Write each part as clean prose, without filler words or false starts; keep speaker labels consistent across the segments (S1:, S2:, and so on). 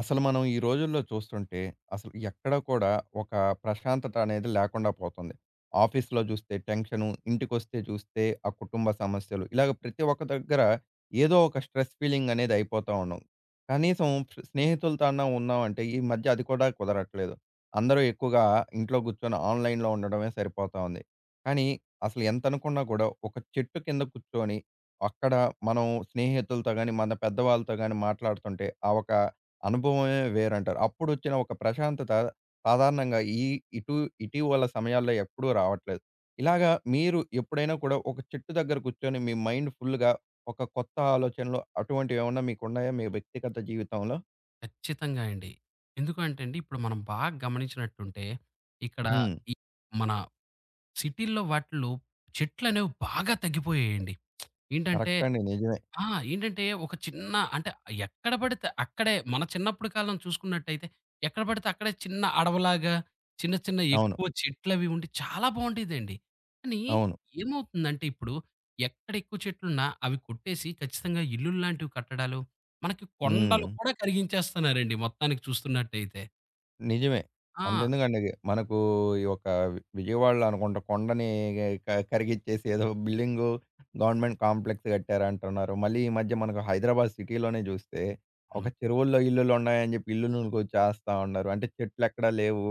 S1: అసలు మనం ఈ రోజుల్లో చూస్తుంటే అసలు ఎక్కడ కూడా ఒక ప్రశాంతత అనేది లేకుండా పోతుంది. ఆఫీస్‌లో జూస్తే టెన్షను, ఇంటికొస్తే చూస్తే ఆ కుటుంబ సమస్యలు, ఇలాగ ప్రతి ఒక్క దగ్గర ఏదో ఒక స్ట్రెస్ ఫీలింగ్ అనేది అయిపోతా ఉన్నాం. కనీసం స్నేహితులతో అన్నా ఉన్నామంటే ఈ మధ్య అది కూడా కుదరట్లేదు. అందరూ ఎక్కువగా ఇంట్లో కూర్చొని ఆన్‌లైన్‌లో ఉండడమే సరిపోతా ఉంది. కానీ అసలు ఎంత అనుకున్నా కూడా ఒక చెట్టు కింద కూర్చొని అక్కడ మనం స్నేహితులతో గాని, మన పెద్దవాళ్ళతో గాని మాట్లాడుతుంటే ఆ ఒక అనుభవమే వేరంటారు. అప్పుడొచ్చిన ఒక ప్రశాంతత సాధారణంగా ఈ ఇటు ఇటీవల సమయాల్లో ఎప్పుడూ రావట్లేదు. ఇలాగా మీరు ఎప్పుడైనా కూడా ఒక చెట్టు దగ్గర కూర్చొని మీ మైండ్ ఫుల్‌గా ఒక కొత్త ఆలోచనలు అటువంటివేమన్నా మీకున్నాయా మీ వ్యక్తిగత జీవితంలో?
S2: ఖచ్చితంగా అండి. ఎందుకంటే అండి, ఇప్పుడు మనం బాగా గమనించినట్టుంటే, ఇక్కడ
S1: హ్మ్.
S2: ఈ మన సిటీల్లో వాటిల్లో చెట్లనేవి బాగా తగ్గిపోయాయండి. ఏంటంటే
S1: కరెక్ట్ అండి. నిజమే.
S2: ఆ! ఏంటంటే ఒక చిన్న అంటే ఎక్కడ పడితే అక్కడే మన చిన్నప్పుడు కాలం చూసుకున్నట్టయితే ఎక్కడ పడితే అక్కడే చిన్న అడవిలాగా చిన్న చిన్న
S1: అవును.
S2: ఎక్కువ చెట్లవి ఉండి చాలా బావుండేదండి. కానీ
S1: అవును.
S2: ఏమవుతుందంటే ఇప్పుడు ఎక్కడ ఎక్కువ చెట్లున్నా అవి కొట్టేసి ఖచ్చితంగా ఇల్లులు లాంటివి కట్టడాలు, మనకి
S1: హ్మ్.
S2: కొండలు కూడా కరిగించేస్తున్నారండి మొత్తానికి చూస్తున్నట్టయితే.
S1: నిజమే.
S2: ఆ!
S1: అంతెందుకండి, మనకు ఈ యొక్క విజయవాడలో అనుకుంట కొండని కరిగిచ్చేసి ఏదో బిల్డింగు, గవర్నమెంట్ కాంప్లెక్స్ కట్టారంటున్నారు. మళ్ళీ ఈ మధ్య మనకు హైదరాబాద్ సిటీలోనే చూస్తే ఒక చెరువుల్లో ఇల్లులున్నాయని చెప్పి ఇల్లులను కూల్చేస్తా ఉన్నారు. అంటే చెట్లెక్కడ లేవు.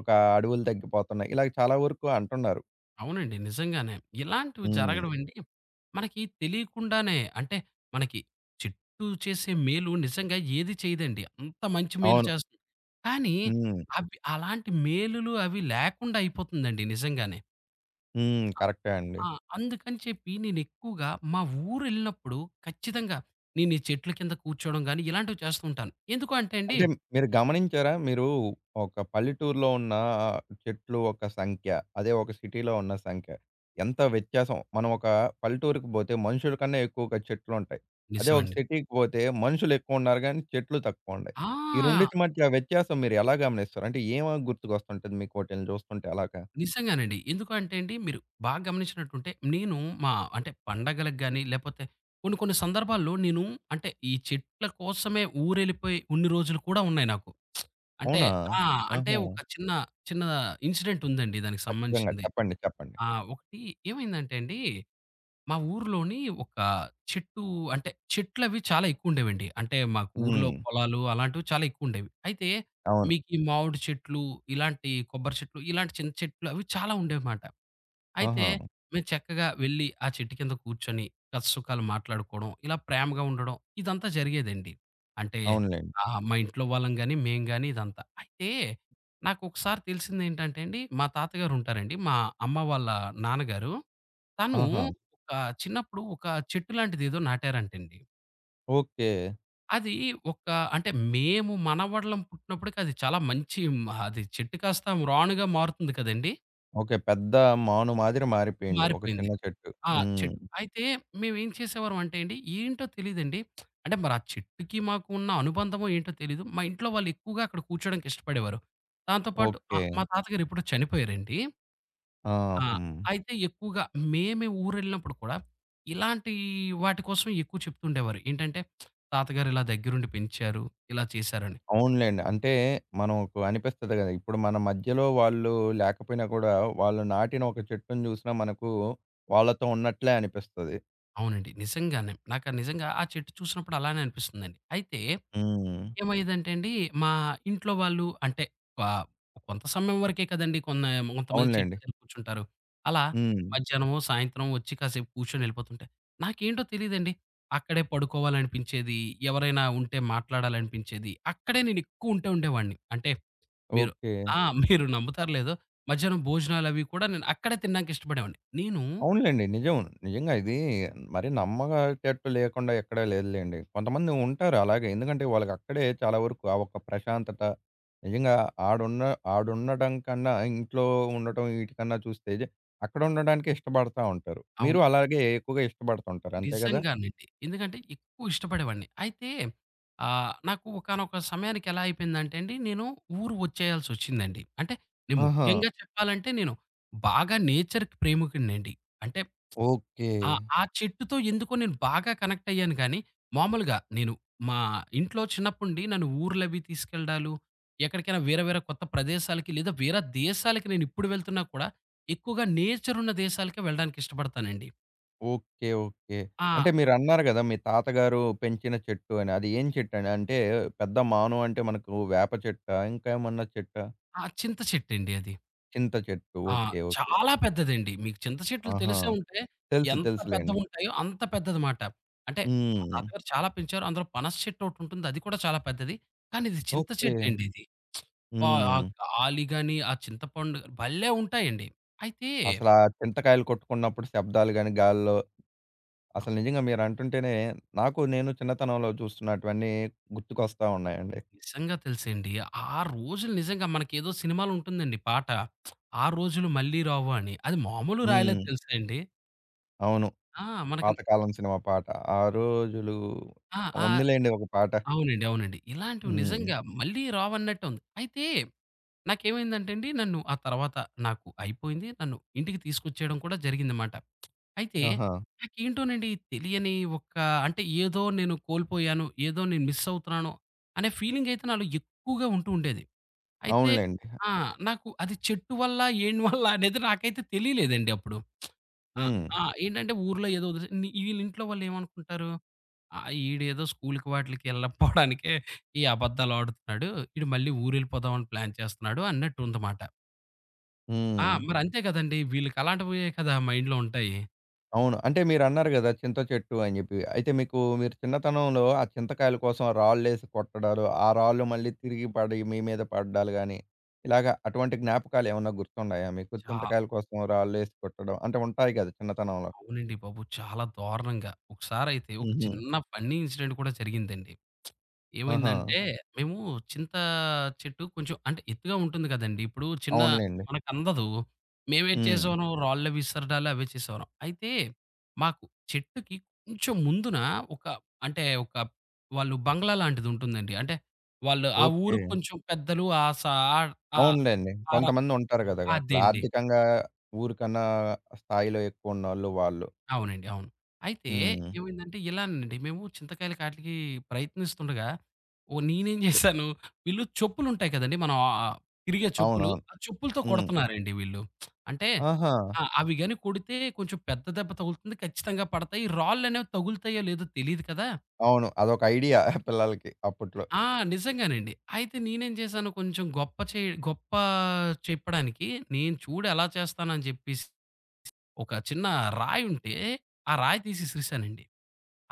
S1: ఒక అడవులు తగ్గిపోతున్నాయి. ఇలాగ చాలా వరకు అంటున్నారు.
S2: అవునండి, నిజంగానే. ఇలాంటివి
S1: హ్మ్.
S2: జరగడమండి మనకి తెలియకుండానే అంటే మనకి చెట్టు చేసే మేలు నిజంగా ఏది చేయదండి. అంత మంచి మేలు
S1: అవును.
S2: చేస్తుంది. కానీ
S1: హ్మ్.
S2: అవి అలాంటి మేలులు అవి లేకుండా అయిపోతుందండి నిజంగానే.
S1: హ్మ్. కరెక్టే అండి.
S2: ఆ! అందుకని చెప్పి నేనెక్కువగా మా ఊరెళ్ళినప్పుడు ఖచ్చితంగా నేను ఈ చెట్ల కింద కూర్చోవడం గాని ఇలాంటివి చేస్తూ ఉంటాను. ఎందుకు అంటే అండి,
S1: అంటే మీరు గమనించారా? మీరు ఒక పల్లెటూరులో ఉన్న ఆహ్, చెట్లు ఒక సంఖ్య. అదే ఒక సిటీలో ఉన్న సంఖ్య. ఎంత వ్యత్యాసం. మనం ఒక పల్లెటూరుకి పోతే మనుషుల కన్నా ఎక్కువగా చెట్లుంటాయి. అదే ఒక
S2: నిజమండి.
S1: సిటీకి పోతే మనుషులు ఎక్కువున్నారు గానీ, చెట్లు తక్కువుండాయి. ఈ
S2: ఆ!
S1: రెండిటి మధ్య ఆ వ్యత్యాసం మీరు ఎలా గమనిస్తారు? అంటే ఏం గుర్తుకొస్తుంటది మీకు వాటిల్ని చూస్తుంటే అలాగా?
S2: నిజంగానండి. ఎందుకు అంటే అండి, మీరు బాగా గమనించినట్టుంటే, నేను మా అంటే పండగలకు గాని, లేపోతే కొన్ని కొన్ని సందర్భాల్లో నేను అంటే, ఈ చెట్ల కోసమే ఊరెళ్ళిపోయి ఉన్ని రోజులు కూడా ఉన్నాయి నాకు. అంటే
S1: అవునా?
S2: ఆ! అంటే
S1: ఆహా!
S2: ఒక చిన్న, చిన్న ఇన్సిడెంట్ ఉందండి దానికి
S1: ఖచ్చితంగా.
S2: సంబంధించింది.
S1: చెప్పండి. చెప్పండి.
S2: ఆ! ఒకటి ఏమైందంటే అండి, మా ఊర్లోని ఒక చెట్టు అంటే చెట్లవి చాలా ఎక్కువుండేవండి. అంటే మాకు ఊర్లో
S1: హ్మ్.
S2: పొలాలు అలాంటివి చాలా ఎక్కువుండేవి. అయితే
S1: అవును.
S2: మీకు ఈ మామిడి చెట్లు, ఇలాంటి కొబ్బరి చెట్లు, ఇలాంటి చిన్న చెట్లు అవి చాలా ఉండేవిమాట. అయితే
S1: ఆహా!
S2: మీరు చక్కగా వెళ్లి ఆ చెట్టు కింద కూర్చొని కష్టసుఖాలు మాట్లాడుకోవడం, ఇలా ప్రేమగా ఉండడం ఇదంతా జరిగేదండి. అంటే
S1: అవునులెండి.
S2: మా ఇంట్లో వాళ్ళం గాని, మేము గాని ఇదంతా. అయితే నాకొకసారి తెలిసిందేంటంటే అండి, మా తాతగారు ఉంటారండి. మా అమ్మ వాళ్ళ నాన్నగారు. తను
S1: ఆహా!
S2: ఒక చిన్నప్పుడు ఒక చెట్టు లాంటిదేదో నాటారంటండి.
S1: ఓకే.
S2: అది ఒక అంటే మేము మనవళ్ళం పుట్టినప్పటికి అది చాలా మంచి అది చెట్టు కాస్త రానుగా మారుతుంది కదండీ!
S1: ఓకే. పెద్ద మాను మాదిరి మారిపోయింది. ఒక
S2: మారిపోయింది.
S1: చిన్న చెట్టు.
S2: ఆ!
S1: హ్మ్.
S2: చెట్టు. అయితే మేమేం చేసేవారం అంటే అండి, ఏంటో తెలీదండి. అంటే మరి ఆ చెట్టుకి మాకు ఉన్న అనుబంధమో ఏంటో తెలీదు. మా ఇంట్లో వాళ్ళు ఎక్కువగా అక్కడ కూర్చోడానికి ఇష్టపడేవారు. దాంతో పాటు
S1: ఓకే.
S2: మా తాతగారు ఎప్పుడో చనిపోయారండి.
S1: ఆ!
S2: ఆ!
S1: హ్మ్.
S2: అయితే ఎక్కువగా మేమే ఊరెళ్ళినప్పుడు కూడా ఇలాంటి వాటి కోసం ఎక్కువ చెప్తుండేవారు. ఏంటంటే, "తాతగారు ఇలా దగ్గరుండి పెంచారు, ఇలా చేశారని."
S1: అవునులెండి. అంటే మనకు అనిపిస్తది గదా! ఇప్పుడు మన మధ్యలో వాళ్ళు లేకపోయినా కూడా, వాళ్ళు నాటిన ఒక చెట్టుని జూసినా మనకు వాళ్ళతో ఉన్నట్లే అనిపిస్తది.
S2: అవునండి, నిజంగానే. నాకు నిజంగా ఆ చెట్టు చూసినప్పుడు అలానే అనిపిస్తుందండి. అయితే
S1: హ్మ్.
S2: ఏమయ్యేదంటే అండి, మా ఇంట్లో వాళ్ళు అంటే ఆహ్, కొంత సమయం వరకే కదండీ, కొంతమంది చెట్ల
S1: అవునులెండి.
S2: దగ్గర కూర్చుంటారు. అలా
S1: హ్మ్.
S2: మధ్యాహ్నమో, సాయంత్రం వచ్చి కాసేపు కూర్చొని వెళ్ళిపోతుంటే, నాకేంటో తెలీదండి. అక్కడే పడుకోవాలనిపించేది. ఎవరైనా ఉంటే మాట్లాడాలనిపించేది. అక్కడే నేను ఎక్కువ ఉంటే ఉండేవాడిని. అంటే మీరు
S1: ఓకే.
S2: ఆ! మీరు నమ్ముతారో లేదో, మధ్యాహ్నం భోజనాలవి కూడా నేను అక్కడే తినడానికి ఇష్టపడేవాడిని. నేను
S1: అవునులెండి. నిజం. నిజంగా ఇది మరి నమ్మగటట్టు లేకుండా ఎక్కడ లేదులెండి. కొంతమంది ఉంటారు అలాగే. ఎందుకంటే వాళ్ళకక్కడే చాలా వరకు ఆ ఒక్క ప్రశాంతత నిజంగా ఆడున్న ఆడుండడం కన్నా ఇంట్లో ఉండటం వీటికన్నా చూస్తే అక్కడ ఉండడానికే ఇష్టపడతా ఉంటారు. మీరు
S2: అవును.
S1: అలాగే ఎక్కువగా ఇష్టపడుతుంటారు. అంతే గదా?
S2: నిజంగానండి. ఎందుకంటే ఎక్కువ ఇష్టపడేవాడిని. అయితే నాకు ఒకానొక సమయానికి ఎలా అయిపోయిందంటే అండి, నేను ఊరు వచ్చేయాల్సొచ్చిందండి. అంటే నేను
S1: ఆహా!
S2: ముఖ్యంగా చెప్పాలంటే నేను బాగా నేచర్‌కి ప్రేమికుడినండి. అంటే
S1: ఓకే.
S2: ఆ ఆ చెట్టుతో ఎందుకో నేను బాగా కనెక్ట్ అయ్యాను గానీ, మామూలుగా నేను మా ఇంట్లో చిన్నప్పటి నుండి నన్ను ఊర్లవి తీసుకెళ్ళడాలు, ఎక్కడికైనా వేరే వేరే కొత్త ప్రదేశాలకి లేదా వేరే దేశాలకి నేనిప్పుడు వెళ్తున్నా కూడా ఎక్కువగా నేచరున్న దేశాలకే వెళ్ళడానికి ఇష్టపడతానండి.
S1: ఓకే. ఓకే.
S2: ఆ!
S1: అంటే మీరన్నారు గదా! మీ తాతగారు పెంచిన చెట్టు అని. అది ఏం చెట్టండి? అంటే పెద్ద మాను అంటే మనకు వేప చెట్టా? ఇంకా ఏమన్నా చెట్టా?
S2: ఆ చింత చెట్టండి అది.
S1: చింత చెట్టు.
S2: ఆ!
S1: ఓకే. ఓకే.
S2: చాలా పెద్దదండి. మీకు చింత చెట్లు
S1: ఆహా!
S2: తెలిసే ఉంటే
S1: తెలుసు.
S2: ఎంత
S1: తెలుసులెండి.
S2: పెద్దవుంటాయో అంత పెద్దదిమాట. అంటే మా
S1: హ్మ్.
S2: తాతగారు చాలా పెంచారు. అందులో పనస చెట్టు ఒకటుంటుంది. అది కూడా చాలా పెద్దది. కానీ ఇది చింత
S1: ఓకే.
S2: చెట్టండి ఇది. ఆ ఆ
S1: హ్మ్.
S2: గాలి గాని, ఆ చింతపండు భలే ఉంటాయండి. అయితే
S1: అసలా చింతకాయలు కొట్టుకున్నప్పుడు శబ్దాలు గాని, గాల్లో
S2: ఆహ్,
S1: అసలు నిజంగా మీరంటుంటేనే నాకు నేను చిన్నతనంలో చూస్తున్నటువన్నీ గుర్తుకొస్తా ఉన్నాయండి.
S2: నిజంగా తెలుసండి. ఆ రోజులు నిజంగా మనకేదో సినిమాలో ఉంటుందండి పాట. ఆ రోజులు మళ్ళీ రావు అని. అది మామూలు రాయలేదు
S1: హ్మ్.
S2: తెలుసా అండి.
S1: అవును.
S2: ఆ! మనకి
S1: పాతకాలం సినిమా పాట. ఆ రోజులు
S2: ఆ! ఆ!
S1: ఉందిలెండి ఒక పాట.
S2: అవునండి, అవునండి. ఇలాంటివి
S1: హ్మ్.
S2: నిజంగా మళ్ళీ రావన్నట్టుంది. అయితే నాకేమైందంటే అండి, నన్ను ఆ తర్వాత నాకు అయిపోయింది. నన్ను ఇంటికి తీసుకొచ్చేయడం కూడా జరిగిందమాట. అయితే
S1: ఆహా!
S2: నాకేంటోనండి, తెలియని ఒక అంటే ఏదో నేను కోల్పోయాను, ఏదో నేను మిస్ అవుతున్నాను అనే ఫీలింగ్ అయితే నాలో ఎక్కువగా ఉంటూ ఉండేది. అయితే
S1: అవునులెండి.
S2: ఆ! నాకు అది చెట్టు వల్ల, ఏం వల్ల అనేది నాకైతే తెలియలేదండి అప్పుడు. ఆ!
S1: హ్మ్.
S2: ఆ! ఏంటంటే ఊర్లో ఏదో వదిలేసి వీళ్ళ ఇంట్లో వాళ్ళు ఏమనుకుంటారు, "ఆహ్, ఈడేదో స్కూల్‌కి వాటిలకి ఎళ్ళకపోవడానికే ఈ అబద్ధాలు ఆడుతున్నాడు. ఈడు మళ్ళీ ఊరెళ్ళిపోదామని ప్లాన్ చేస్తున్నాడు" అన్నట్టు ఉందమాట.
S1: హ్మ్.
S2: మరంతే కదండీ! వీళ్ళకలాంటివే కదా మైండ్‌లో ఉంటాయి.
S1: అవును. అంటే మీరన్నారు గదా! చింత చెట్టు అని జెప్పి. అయితే మీకు మీరు చిన్నతనంలో ఆ చింతకాయల కోసం రాళ్ళేసి కొట్టడాలు, ఆ రాళ్ళు మళ్ళీ తిరిగి పడి మీ మీద పడ్డాలు గాని, ఇలాగ అటువంటి జ్ఞాపకాలేమన్నా గుర్తున్నాయా మీకు?
S2: చా
S1: చింతకాయల కోసం రాళ్ళేసి కొట్టడం అంటే ఉంటాయి గదా! చిన్నతనంలో.
S2: అవునండి బాబు, చాలా దారుణంగా. ఒకసారయితే ఒక
S1: హుహు.
S2: చిన్న ఫన్నీ ఇన్సిడెంట్ కూడా జరిగిందండి.
S1: ఆహా!
S2: ఏమైందంటే, మేము చింత చెట్టు కొంచెం అంటే ఎత్తుగా ఉంటుంది కదండీ! ఇప్పుడు చిన్న
S1: అవునులెండి.
S2: మనకందదు. మేమేటి
S1: హ్మ్.
S2: చేసేవాళ్ళం రాళ్ళవి విసరడాలు అవే చేసేవాళ్ళం. అయితే మాకు చెట్టుకి కొంచెం ముందున ఒక అంటే ఒక వాళ్ళు బంగ్లా లాంటిదుంటుందండి. అంటే వాళ్ళు ఆ ఊరు
S1: ఓకే.
S2: కొంచెం పెద్దలు ఆ సా ఆహ్, ఆ
S1: అవునులెండి.
S2: ఆర
S1: కొంతమందుంటారు గదా! అక్కడ
S2: అదేండి.
S1: ఆర్థికంగా ఊరికన్నా స్థాయిలో ఎక్కువున్నోళ్ళు వాళ్ళు.
S2: అవునండి, అవును. అయితే
S1: హ్మ్.
S2: ఏమైందంటే ఇలానండి, మేము చింతకాయలకి ఆటిలికి ప్రయత్నిస్తుండగా, ఓ నేనేం చేశాను, వీళ్ళు చెప్పులుంటాయి కదండీ! మనం తిరిగే చెప్పులు.
S1: అవునవును.
S2: ఆ చెప్పులతో
S1: హ్మ్.
S2: కొడుతున్నారండి వీళ్ళు. అంటే
S1: ఆహా!
S2: అవి గాని కొడితే కొంచెం పెద్ద దెబ్బ తగులుతుంది. ఖచ్చితంగా పడతాయి. రాళ్ళనేవి తగులుతాయో లేదో తెలీదు కదా!
S1: అవును. అదొక ఐడియా పిల్లలకి అప్పట్లో.
S2: ఆ! నిజంగానండి. అయితే నేనేం చేశాను కొంచెం గొప్ప చెప్పడానికి, నేను చూడు ఎలా చేస్తానని చెప్పేసి ఒక చిన్న రాయుంటే, ఆ రాయి తీసి ఇసిరేసానండి.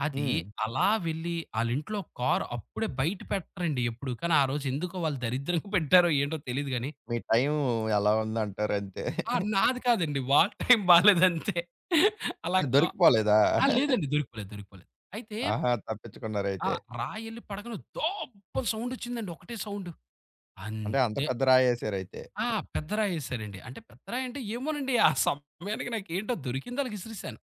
S2: అది
S1: హ్మ్.
S2: అలా వెళ్ళి ఆళ్ళింట్లో కార్ అప్పుడే బయట పెట్టరండి ఎప్పుడు. కానీ ఆ రోజు ఎందుకో వాళ్ళు దరిద్రంగా పెట్టారో ఏంటో తెలీదు గానీ
S1: మీ టైము ఎలా ఉందంటారంతే.
S2: నాది కాదండి. వాళ్ళ టైం బాలేదంతే. అలా
S1: అంటే
S2: కా
S1: దొరికిపోలేదా?
S2: ఆ! లేదండి, దొరికిపోలేదు, దొరికిపోలేదు. అయితే
S1: ఆహా!
S2: ఆ
S1: తప్పించుకున్నారయితే.
S2: రాయెళ్లి పడగానే దోబ్బని సౌండొచ్చిందండి. ఒకటే సౌండు.
S1: అంటే అంత
S2: అంతే.
S1: పెద్ద రాయేసారయితే.
S2: ఆ! పెద్ద రాయేశారండి. అంటే పెద్ద రాయంటే ఏమోనండి, ఆ సమయానికి నాకేంటో దొరికిందలగ విసిరేసాను.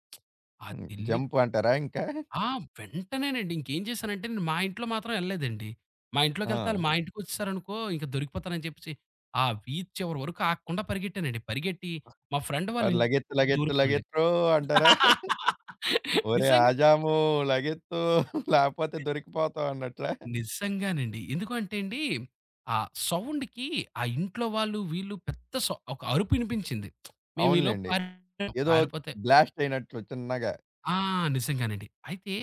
S1: హ్మ్.
S2: అదెళ్ళి
S1: జంప్ అంటారా ఇంకా?
S2: ఆ! వెంటనేనండి. ఇంకేం చేశానంటే నేను మా ఇంట్లో మాత్రం ఎళ్ళలేదండి. మా ఇంట్లోకెళ్తే
S1: ఆ!
S2: ఆళ్ళు మా ఇంటికొచ్చేసారనుకో ఇంక దొరికిపోతానని చెప్పేసి, ఆ బీచ్ చివరి వరకు ఆగకుండా పరిగెట్టానండి. పరిగెట్టి మా ఫ్రెండ్ వాళ్ళ
S1: మరి లగెత్తు,
S2: ఇంటికి
S1: లగెత్తు,
S2: దూరిపోయామండి.
S1: లగెత్రో అంటారా? ఒరే
S2: నిజంగా.
S1: ఆజాము లగెత్తు లేపోతే దొరికిపోతాం అన్నట్లా?
S2: నిజంగానండి. ఎందుకు అంటే అండి, ఆ సౌండ్‌కి ఆ ఇంట్లో వాళ్ళు, వీళ్ళు పెద్ద సౌ ఒక అరుపు ఇనిపించింది. మేమీలోపు
S1: అవునులెండి.
S2: పారిపోయాం.
S1: ఏదో
S2: పారిపోతే
S1: బ్లాస్ట్ అయినట్లు చిన్నగా.
S2: ఆ! నిజంగానండి. అయితే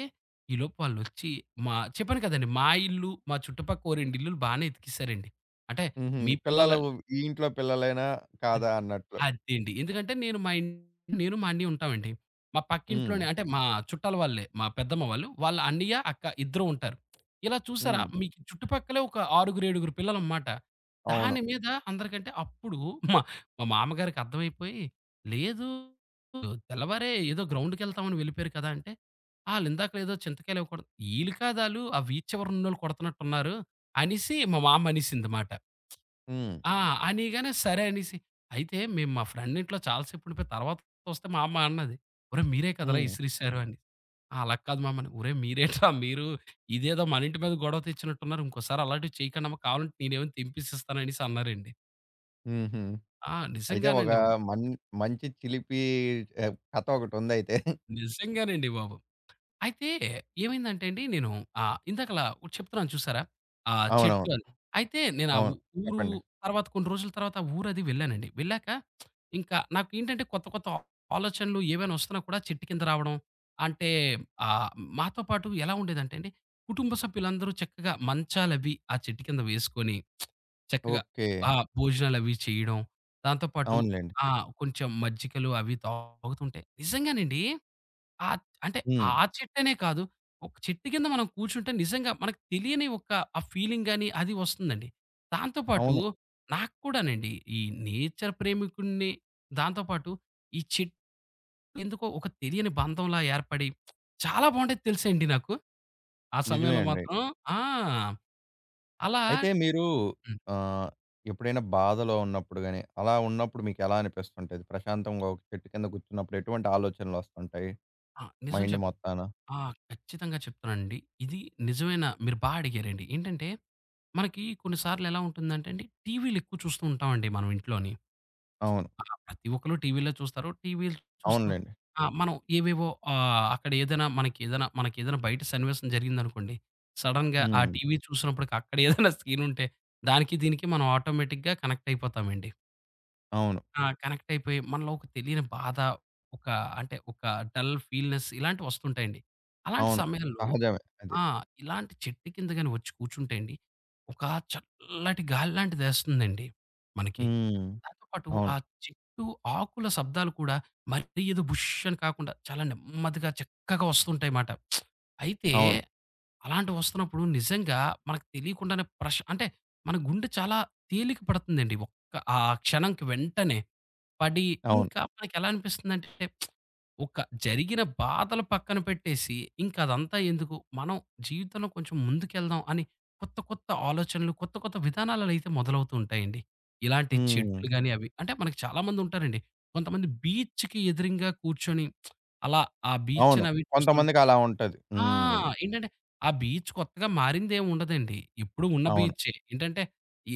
S2: ఈలోపు వాళ్ళొచ్చి చెప్పాను కదండీ! మా ఇల్లు, మా చుట్టుపక్క ఓ 2 ఇల్లులు బానే ఎతికిసారండి. అంటే
S1: హుహు.
S2: మీ పిల్లల
S1: పిల్లలు ఈ ఇంట్లో పిల్లలేనా?
S2: అ
S1: కాదా? అన్నట్లు.
S2: అదేండి. ఎందుకంటే నేను, మా అన్నయ్య ఉంటామండి. మా
S1: హ్మ్.
S2: పక్కింట్లోనే అంటే మా చుట్టాల వాళ్ళే, మా పెద్దమ్మ వాళ్ళు. వాళ్ళ అన్నయ్య, అక్క ఇద్దరు ఉంటారు. ఇలా చూసారా
S1: హ్మ్.
S2: మీకు చుట్టుపక్కలే ఒక 6, 7 పిల్లలన్నమాట.
S1: అవును.
S2: దాని మీద అందరికంటే అప్పుడు మా మా మామగారికి అర్థమైపోయి, "లేదు, తెల్లవారే ఏదో గ్రౌండ్‌కెళ్తామని వెళ్ళిపోయారు కదా!" అంటే, "ఆళ్ళిందాకల ఏదో చింతకాయలేవో కొడ ఈళ్ళు కాదాళ్ళు ఆ బీచ్ చివరనోళ్ళు కొడుతున్నట్టున్నారు" అనేసి మా మామ అనేసిందిమాట.
S1: హ్మ్.
S2: ఆ! అనిగానే సరే అనేసి, అయితే మేము మా ఫ్రెండ్ ఇంట్లో చాలా సేపుండిపోయి తర్వాత చూస్తే మా అమ్మ అన్నది, "ఒరేయ్! మీరే కదరా
S1: హ్మ్.
S2: ఇసిరిసారు" అని. "ఆ! అలా కాదు మమ్మ" అని. "ఒరేయ్! మీరేంట్రా మీరు ఇదేదో మన ఇంటి మీద గొడవ తెచ్చినట్టున్నారు. ఇంకోసారి అలాంటివి చేయకండమ్మ, కావాలంటే నేనేమైనా తెంపిసిస్తాను" అనేసి అన్నారండి.
S1: హుహు. అయితే ఒక
S2: నిజంగానండి బాబు,
S1: మన్ మంచి చిలిపి ఆహ్, కథ ఒకటుందయితే.
S2: నిజంగానండి బాబు. అయితే ఏమైందంటే అండి, నేను ఇందాకలా ఒకటి చెప్తున్నాను చూసారా? ఆ
S1: అవునవును.
S2: చెట్టు అని. అయితే నేను ఆ ఊ
S1: అవును.
S2: ఊరు
S1: చెప్పండి.
S2: తర్వాత కొన్ని రోజుల తర్వాత ఆ ఊరది వెళ్ళానండి. వెళ్ళాక ఇంకా నాకేంటంటే కొత్త కొత్త ఆలోచనలు ఏవైనా వస్తున్నా కూడా చెట్టు కింద రావడం. అంటే ఆహ్, మాతో పాటు ఎలా ఉండేదంటే అండి, కుటుంబ సభ్యులందరూ చక్కగా మంచాలవి ఆ చెట్టు కింద వేసుకొని చక్కగా
S1: ఓకే.
S2: ఆ! భోజనాలవి చేయడం. దాంతో పాటు
S1: అవునులెండి.
S2: ఆ! కొంచెం మజ్జికలు అవి తాగుతుంటే నిజంగానండి, ఆ! అంటే ఆ
S1: హ్మ్.
S2: చెట్టనే కాదు. ఒక చెట్టు కింద మనం కూర్చుంటే నిజంగా మనకు తెలియని ఒక ఆ ఫీలింగ్ గాని అది వస్తుందండి. దాంతో పాటు
S1: అవును.
S2: నాకు కూడానండి ఈ నేచర్ ప్రేమికుడిని, దాంతో పాటు ఈ చెట్లు ఎందుకో ఒక తెలియని బంధంలా ఏర్పడి చాలా బావుండేది తెలుసా అండి నాకు. ఆ
S1: నిజమే
S2: సమయంలో
S1: అండి.
S2: మాత్రం ఆ! అలా
S1: అయితే మీరు
S2: హ్మ్.
S1: ఆహ్, ఎప్పుడైనా బాధలో ఉన్నప్పుడు గాని, అలా ఉన్నప్పుడు మీకెలా అనిపిస్తుంటది? ప్రశాంతంగా ఒక చెట్టు కింద కూర్చున్నప్పుడు ఎటువంటి ఆలోచనలొస్తుంటాయి?
S2: ఆ! నిజం
S1: మైండ్
S2: చెప్
S1: మొత్తాన?
S2: ఆ! ఖచ్చితంగా చెప్తానండి. ఇది నిజమైన, మీరు అడిగారండి. ఏంటంటే, మనకి కొన్ని సార్లు ఎలా ఉంటుందంటే అండి, టీవీలు ఎక్కువ చూస్తూ ఉంటామండి మనం ఇంట్లోని.
S1: అవును.
S2: ప్రతి ఒక్కళ్ళు టీవీలే చూస్తారు. టీవీలు చూస్తూ
S1: అవునులెండి.
S2: మనం ఏవేవో అక్కడ ఏదైనా మనకేదైనా మనకేదైనా బయట సన్నివేశం జరిగిందనుకోండి, సడెన్‌గా ఆ
S1: హ్మ్.
S2: టీవీ చూసినప్పటికి అక్కడ ఏదైనా సీన్ ఉంటే, దానికి దీనికి మనం ఆటోమేటిక్‌గా కనెక్ట్ అయిపోతామండి.
S1: అవును.
S2: కనెక్ట్ అయిపోయి మనలో ఒక తెలియని బాధ, ఒక ఒక డల్ ఫీల్‌నెస్ ఇలాంటివి వస్తుంటాయండి. అలాంటి
S1: అవును.
S2: సమయంలో
S1: సహజమే అది.
S2: ఆ! ఇలాంటి చెట్టు కింద గాని వచ్చి కూర్చుంటే అండి, ఒక చల్లటి గాలి లాంటిదేస్తుందండి మనకి.
S1: హ్మ్.
S2: దాంతో పాటు
S1: అవును.
S2: ఆ చెట్టు ఆకుల శబ్దాలు కూడా మరీ ఏదో బుష్ అని కాకుండా చాలా నెమ్మదిగా చక్కగా వస్తుంటాయి మాట. అయితే
S1: అవును.
S2: అలాంటివొస్తున్నప్పుడు నిజంగా మనకు తెలియకుండానే ప్రశ్ అంటే మన గుండె చాలా తేలిక పడుతుందండి, ఒక్క ఆ క్షణంకి వెంటనే. పడి
S1: అవును.
S2: ఇంకా మనకెలా అనిపిస్తుందంటే ఒక జరిగిన బాధలు పక్కన పెట్టేసి ఇంక అదంతా ఎందుకు, మనం జీవితంలో కొంచెం ముందుకెళ్దాం అని కొత్త కొత్త ఆలోచనలు, కొత్త కొత్త విధానాలనైతే మొదలవుతూ ఉంటాయండి. ఇలాంటి
S1: హ్మ్.
S2: చెట్లు గాని అవి అంటే మనకు చాలా మందుంటారండి. కొంతమంది బీచ్‌కి ఎదురింగా కూర్చొని అలా ఆ
S1: అవును.
S2: బీచ్‌నవి చూస్తుంటే
S1: కొంతమందికి అలా ఉంటది.
S2: ఆ!
S1: హ్మ్.
S2: ఏంటంటే, ఆ బీచ్ కొత్తగా మారిందేముండదండి. ఎప్పుడూ ఉన్న
S1: అవును.
S2: బీచే. ఏంటంటే,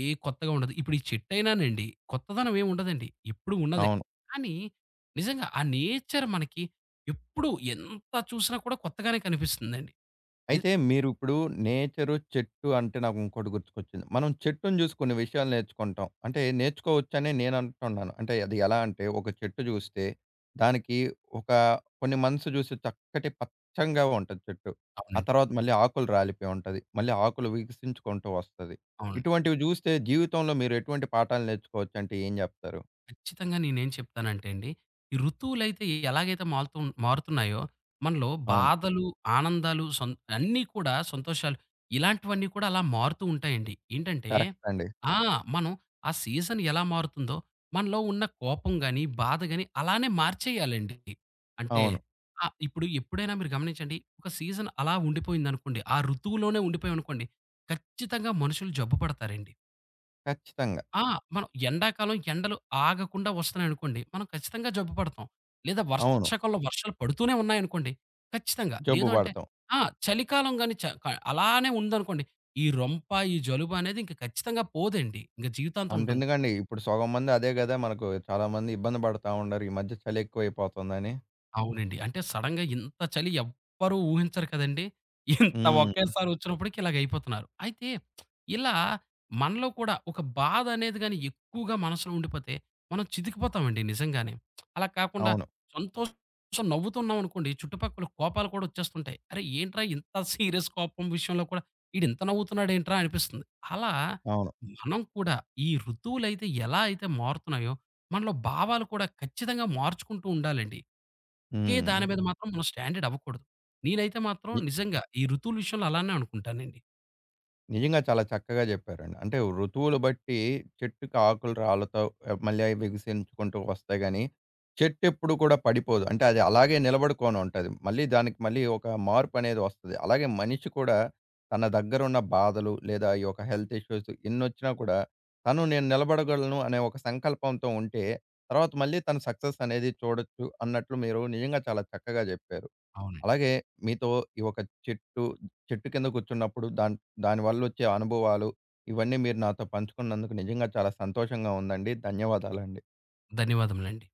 S2: ఏ కొత్తగా ఉండదు. ఇప్పుడు ఈ చెట్టయినానండి, కొత్తదనం ఏముండదండి. ఎప్పుడూ ఉన్నదే.
S1: అవును.
S2: కానీ, నిజంగా ఆ నేచర్ మనకి ఎప్పుడూ ఎంత చూసినా కూడా కొత్తగానే కనిపిస్తుందండి. ని
S1: అయితే మీరిప్పుడు నేచరు, చెట్టు అంటే నాకు ఇంకోటి గుర్తుకొచ్చింది. మనం చెట్టుని జూసి కొన్ని విషయాలు నేర్చుకుంటాం. అంటే నేర్చుకోవచ్చనే నేనంటున్నాను. అంటే అది ఎలా అంటే ఒక చెట్టు జూస్తే దానికి ఒక కొన్ని మంత్స్ జూసి చక్కటి పచ్చంగా ఉంటది చెట్టు. ఆ
S2: అవునండి,
S1: తర్వాత మళ్ళీ ఆకులు రాలిపోయి ఉంటది. మళ్ళీ ఆకులు వికసించుకుంటూ వస్తది.
S2: అవును.
S1: ఇటువంటివి జూస్తే జీవితంలో మీరు ఎటువంటి పాఠాలు నేర్చుకోవచ్చంటే ఏం జెప్తారు?
S2: ఖచ్చితంగా నేనేం చెప్తానంటే అండి, ఈ ఋతువులైతే ఎలాగైతే మారుతున్నాయో, మనలో
S1: అవును.
S2: బాధలు, ఆనందాలు సం అన్నీ కూడా సంతోషాలు ఇలాంటివన్నీ కూడా అలా మారుతూ ఉంటాయండి. ఏంటంటే,
S1: కరెక్ట్ అండి.
S2: ఆ! మనం ఆ సీజన్ ఎలా మారుతుందో, మనలో ఉన్న కోపం గాని, బాధ గాని అలానే మార్చేయాలండి. అంటే,
S1: అవును.
S2: ఇప్పుడు ఎప్పుడైనా మీరు గమనించండి, ఒక సీజన్ అలా ఉండిపోయిందనుకోండి, ఆ ఋతువులోనే ఉండిపోయామనుకోండి, ఖచ్చితంగా మనుషులు జబ్బు పడతారండి.
S1: ఖచ్చితంగా.
S2: ఆ! మనం ఎండాకాలం ఎండలు ఆగకుండా వస్తున్నాయనుకోండి, మనం ఖచ్చితంగా జబ్బు పడతాం. లేదా
S1: అవును.
S2: వర్షాకాలంలో వర్షాలు పడుతూనే ఉన్నాయనుకోండి, ఖచ్చితంగా.
S1: జబ్బు
S2: లేదు అంటే
S1: బడతాం.
S2: ఆ! చలికాలం గాని చ క అలానే ఉందనుకోండి, ఈ రొంప, ఈ జలుబనేది ఇంక ఖచ్చితంగా పోదండి. ఇంక జీవితాంతం ఉంటుంది.
S1: అంతెందుకండి. ఇప్పుడు సగం మంది అదే గదా! మనకు చాలామంది ఇబ్బంది పడతా ఉండారు. ఈ మధ్య చలి ఎక్కువైపోతుందని.
S2: అవునండి. అంటే సడెన్‌గా ఇంత చలి ఎవ్వరూ ఊహించరు కదండీ! ఇంత
S1: హ్మ్.
S2: ఒకేసారి వచ్చినప్పటికి ఇలాగయిపోతున్నారు. అయితే ఇలా మనలో కూడా ఒక బాధ అనేది గాని ఎక్కువగా మనసులో ఉండిపోతే మనం చితికిపోతామండి నిజంగానే. అలా కాకుండా
S1: అవును.
S2: సంతోషం నవ్వుతున్నాం అనుకోండి, చుట్టుపక్కల కోపాలు కూడా వచ్చేస్తుంటాయి. అరే! ఏంట్రా ఇంత సీరియస్ కోపం విషయంలో కూడా ఈడింత నవ్వుతున్నాడేంట్రా అనిపిస్తుంది. అలా
S1: అవును.
S2: మనం కూడా ఈ ఋతువులైతే ఎలా అయితే మారుతున్నాయో, మనలో భావాలు కూడా ఖచ్చితంగా మార్చుకుంటూ ఉండాలండి. కే
S1: హ్మ్.
S2: దాని మీద మాత్రం మనం స్టాండర్డ్ అవ్వకూడదు. నేనైతే మాత్రం నిజంగా ఈ ఋతువుల విషయంలో అలానే అనుకుంటానండి.
S1: నిజంగా చాలా చక్కగా చెప్పారండి. అంటే ఋతువులు బట్టి చెట్టుకి ఆకులు రాలతో ఆహ్, మళ్ళీ అవి వికసించుకుంటూ వస్తాయి గానీ, చెట్టు ఎప్పుడు కూడా పడిపోదు. అంటే అది అలాగే నిలబడుకొని ఉంటది. మళ్ళీ దానికి మళ్ళీ ఒక మార్పనేది వస్తది. అలాగే మనిషి కూడా తన దగ్గరున్న బాధలు లేదా ఈ యొక్క హెల్త్ ఇష్యూస్ ఎన్నొచ్చినా కూడా తను నేను నిలబడగలను అనే ఒక సంకల్పంతో ఉంటే తర్వాత మళ్ళీ తను సక్సెస్ అనేది చూడొచ్చు అన్నట్లు మీరు నిజంగా చాలా చక్కగా చెప్పారు.
S2: అవునండి.
S1: అలాగే మీతో ఈ ఒక చెట్టు, చెట్టు కింద కూర్చున్నప్పుడు దాని వల్లొచ్చే అనుభవాలు, ఇవన్నీ మీరు నాతో పంచుకున్నందుకు నిజంగా చాలా సంతోషంగా ఉందండి. ధన్యవాదాలండి.
S2: ధన్యవాదములండి.